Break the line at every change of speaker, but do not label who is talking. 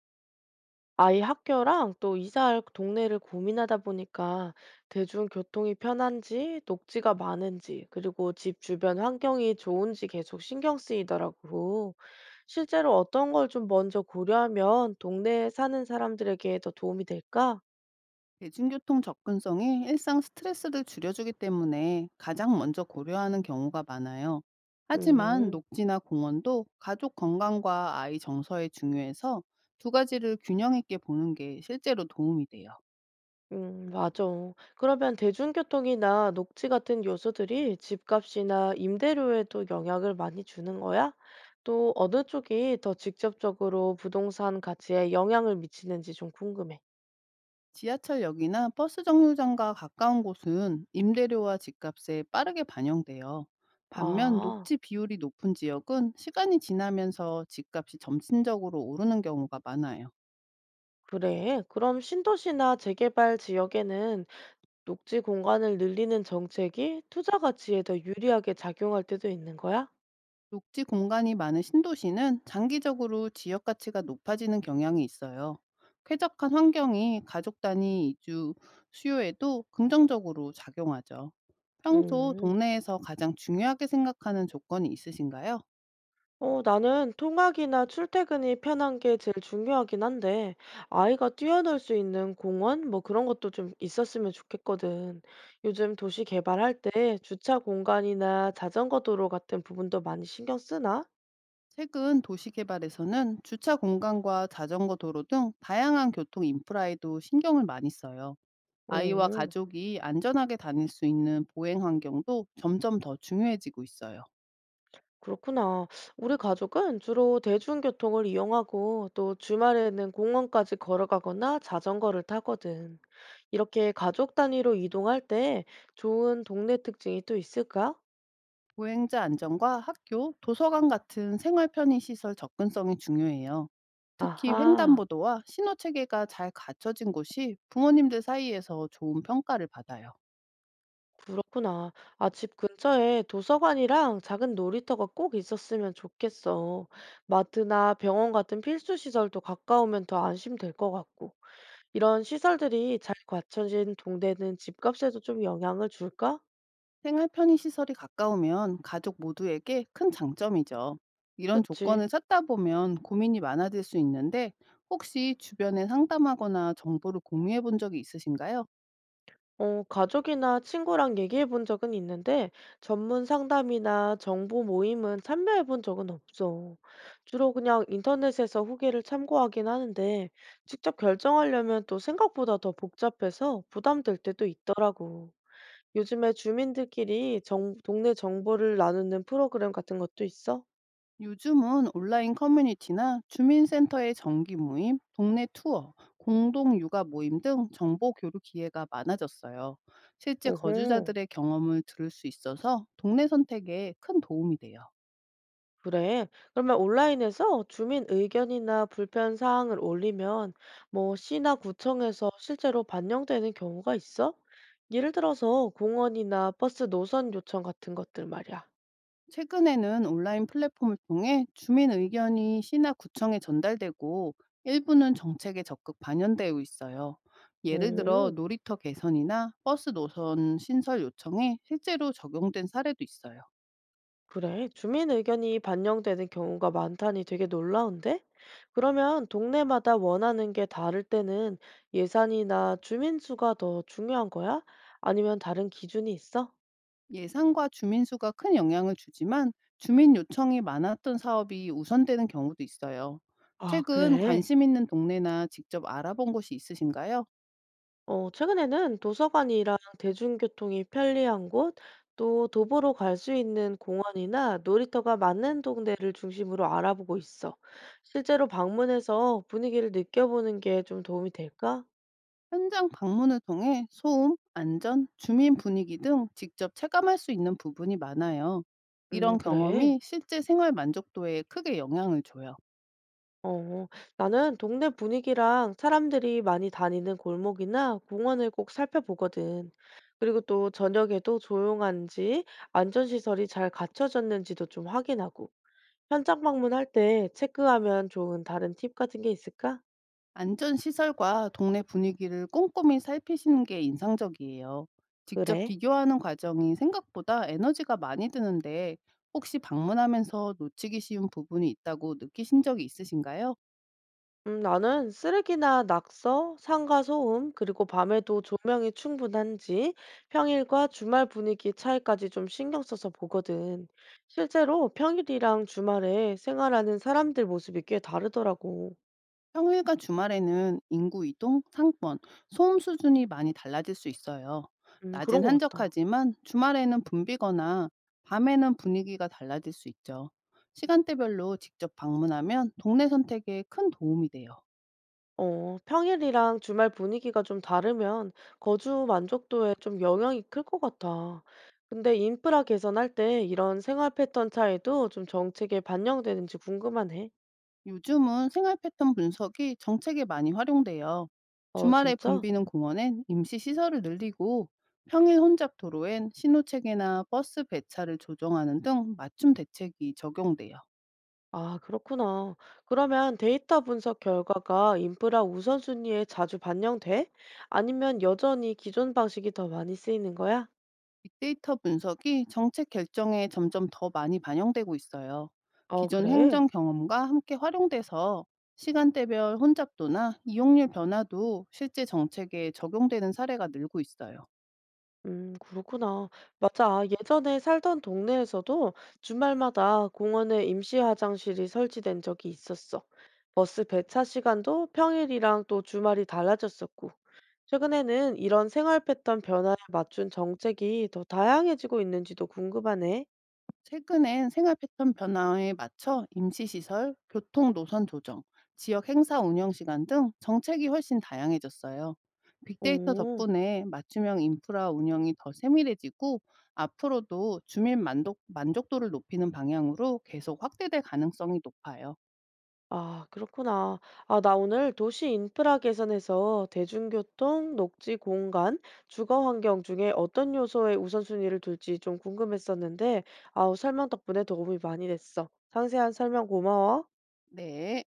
아이 학교랑 또 이사할 동네를 고민하다 보니까 대중교통이 편한지, 녹지가 많은지, 그리고 집 주변 환경이 좋은지 계속 신경 쓰이더라고. 실제로 어떤 걸 좀 먼저 고려하면 동네에 사는 사람들에게 더 도움이 될까?
대중교통 접근성이 일상 스트레스를 줄여주기 때문에 가장 먼저 고려하는 경우가 많아요. 하지만
음.
녹지나 공원도 가족 건강과 아이 정서에 중요해서 두 가지를 균형 있게 보는 게 실제로 도움이 돼요.
맞아. 그러면 대중교통이나 녹지 같은 요소들이 집값이나 임대료에도 영향을 많이 주는 거야? 또 어느 쪽이 더 직접적으로 부동산 가치에 영향을 미치는지 좀 궁금해.
지하철역이나 버스 정류장과 가까운 곳은 임대료와 집값에 빠르게 반영돼요. 반면
아,
녹지 비율이 높은 지역은 시간이 지나면서 집값이 점진적으로 오르는 경우가 많아요.
그래. 그럼 신도시나 재개발 지역에는 녹지 공간을 늘리는 정책이 투자 가치에 더 유리하게 작용할 때도 있는 거야?
녹지 공간이 많은 신도시는 장기적으로 지역 가치가 높아지는 경향이 있어요. 쾌적한 환경이 가족 단위 이주 수요에도 긍정적으로 작용하죠. 평소
음.
동네에서 가장 중요하게 생각하는 조건이 있으신가요?
어, 나는 통학이나 출퇴근이 편한 게 제일 중요하긴 한데, 아이가 뛰어놀 수 있는 공원? 뭐 그런 것도 좀 있었으면 좋겠거든. 요즘 도시 개발할 때 주차 공간이나 자전거 도로 같은 부분도 많이 신경 쓰나?
최근 도시 개발에서는 주차 공간과 자전거 도로 등 다양한 교통 인프라에도 신경을 많이 써요. 아이와
어,
가족이 안전하게 다닐 수 있는 보행 환경도 점점 더 중요해지고 있어요.
그렇구나. 우리 가족은 주로 대중교통을 이용하고 또 주말에는 공원까지 걸어가거나 자전거를 타거든. 이렇게 가족 단위로 이동할 때 좋은 동네 특징이 또 있을까?
보행자 안전과 학교, 도서관 같은 생활 편의 시설 접근성이 중요해요. 특히
아하.
횡단보도와 신호 체계가 잘 갖춰진 곳이 부모님들 사이에서 좋은 평가를 받아요.
그렇구나. 아, 집 근처에 도서관이랑 작은 놀이터가 꼭 있었으면 좋겠어. 마트나 병원 같은 필수 시설도 가까우면 더 안심될 것 같고. 이런 시설들이 잘 갖춰진 동네는 집값에도 좀 영향을 줄까?
생활 편의 시설이 가까우면 가족 모두에게 큰 장점이죠. 이런
그치?
조건을 찾다 보면 고민이 많아질 수 있는데, 혹시 주변에 상담하거나 정보를 공유해 본 적이 있으신가요?
어, 가족이나 친구랑 얘기해 본 적은 있는데 전문 상담이나 정보 모임은 참여해 본 적은 없어. 주로 그냥 인터넷에서 후기를 참고하긴 하는데 직접 결정하려면 또 생각보다 더 복잡해서 부담될 때도 있더라고. 요즘에 주민들끼리 동네 정보를 나누는 프로그램 같은 것도 있어?
요즘은 온라인 커뮤니티나 주민센터의 정기 모임, 동네 투어, 공동 육아 모임 등 정보 교류 기회가 많아졌어요. 실제
오호.
거주자들의 경험을 들을 수 있어서 동네 선택에 큰 도움이 돼요.
그래. 그러면 온라인에서 주민 의견이나 불편 사항을 올리면 뭐 시나 구청에서 실제로 반영되는 경우가 있어? 예를 들어서 공원이나 버스 노선 요청 같은 것들 말이야.
최근에는 온라인 플랫폼을 통해 주민 의견이 시나 구청에 전달되고, 일부는 정책에 적극 반영되고 있어요. 예를 들어
오,
놀이터 개선이나 버스 노선 신설 요청에 실제로 적용된 사례도 있어요.
그래. 주민 의견이 반영되는 경우가 많다니 되게 놀라운데? 그러면 동네마다 원하는 게 다를 때는 예산이나 주민 수가 더 중요한 거야? 아니면 다른 기준이 있어?
예산과 주민 수가 큰 영향을 주지만 주민 요청이 많았던 사업이 우선되는 경우도 있어요.
아,
최근
그래.
관심 있는 동네나 직접 알아본 곳이 있으신가요?
어, 최근에는 도서관이랑 대중교통이 편리한 곳, 또 도보로 갈 수 있는 공원이나 놀이터가 많은 동네를 중심으로 알아보고 있어. 실제로 방문해서 분위기를 느껴보는 게 좀 도움이 될까?
현장 방문을 통해 소음, 안전, 주민 분위기 등 직접 체감할 수 있는 부분이 많아요. 이런
그래.
경험이 실제 생활 만족도에 크게 영향을 줘요.
어, 나는 동네 분위기랑 사람들이 많이 다니는 골목이나 공원을 꼭 살펴보거든. 그리고 또 저녁에도 조용한지, 안전시설이 잘 갖춰졌는지도 좀 확인하고. 현장 방문할 때 체크하면 좋은 다른 팁 같은 게 있을까?
안전시설과 동네 분위기를 꼼꼼히 살피시는 게 인상적이에요. 직접
그래?
비교하는 과정이 생각보다 에너지가 많이 드는데, 혹시 방문하면서 놓치기 쉬운 부분이 있다고 느끼신 적이 있으신가요?
나는 쓰레기나 낙서, 상가 소음, 그리고 밤에도 조명이 충분한지 평일과 주말 분위기 차이까지 좀 신경 써서 보거든. 실제로 평일이랑 주말에 생활하는 사람들 모습이 꽤 다르더라고.
평일과 주말에는 인구 이동, 상권, 소음 수준이 많이 달라질 수 있어요.
그런
낮엔
것 같다.
한적하지만 주말에는 붐비거나 밤에는 분위기가 달라질 수 있죠. 시간대별로 직접 방문하면 동네 선택에 큰 도움이 돼요.
어, 평일이랑 주말 분위기가 좀 다르면 거주 만족도에 좀 영향이 클 것 같아. 근데 인프라 개선할 때 이런 생활 패턴 차이도 좀 정책에 반영되는지 궁금하네.
요즘은 생활 패턴 분석이 정책에 많이 활용돼요.
어,
주말에
진짜?
붐비는 공원엔 임시 시설을 늘리고, 평일 혼잡 도로엔 신호체계나 버스 배차를 조정하는 등 맞춤 대책이 적용돼요.
아, 그렇구나. 그러면 데이터 분석 결과가 인프라 우선순위에 자주 반영돼? 아니면 여전히 기존 방식이 더 많이 쓰이는 거야?
빅데이터 분석이 정책 결정에 점점 더 많이 반영되고 있어요.
어,
기존
그래.
행정 경험과 함께 활용돼서 시간대별 혼잡도나 이용률 변화도 실제 정책에 적용되는 사례가 늘고 있어요.
그렇구나. 맞아. 예전에 살던 동네에서도 주말마다 공원에 임시 화장실이 설치된 적이 있었어. 버스 배차 시간도 평일이랑 또 주말이 달라졌었고. 최근에는 이런 생활 패턴 변화에 맞춘 정책이 더 다양해지고 있는지도 궁금하네.
최근엔 생활 패턴 변화에 맞춰 임시시설, 교통 노선 조정, 지역 행사 운영 시간 등 정책이 훨씬 다양해졌어요. 빅데이터
오.
덕분에 맞춤형 인프라 운영이 더 세밀해지고, 앞으로도 주민 만족도를 높이는 방향으로 계속 확대될 가능성이 높아요.
아, 그렇구나. 아, 나 오늘 도시 인프라 개선에서 대중교통, 녹지 공간, 주거 환경 중에 어떤 요소에 우선순위를 둘지 좀 궁금했었는데, 아우, 설명 덕분에 도움이 많이 됐어. 상세한 설명 고마워.
네.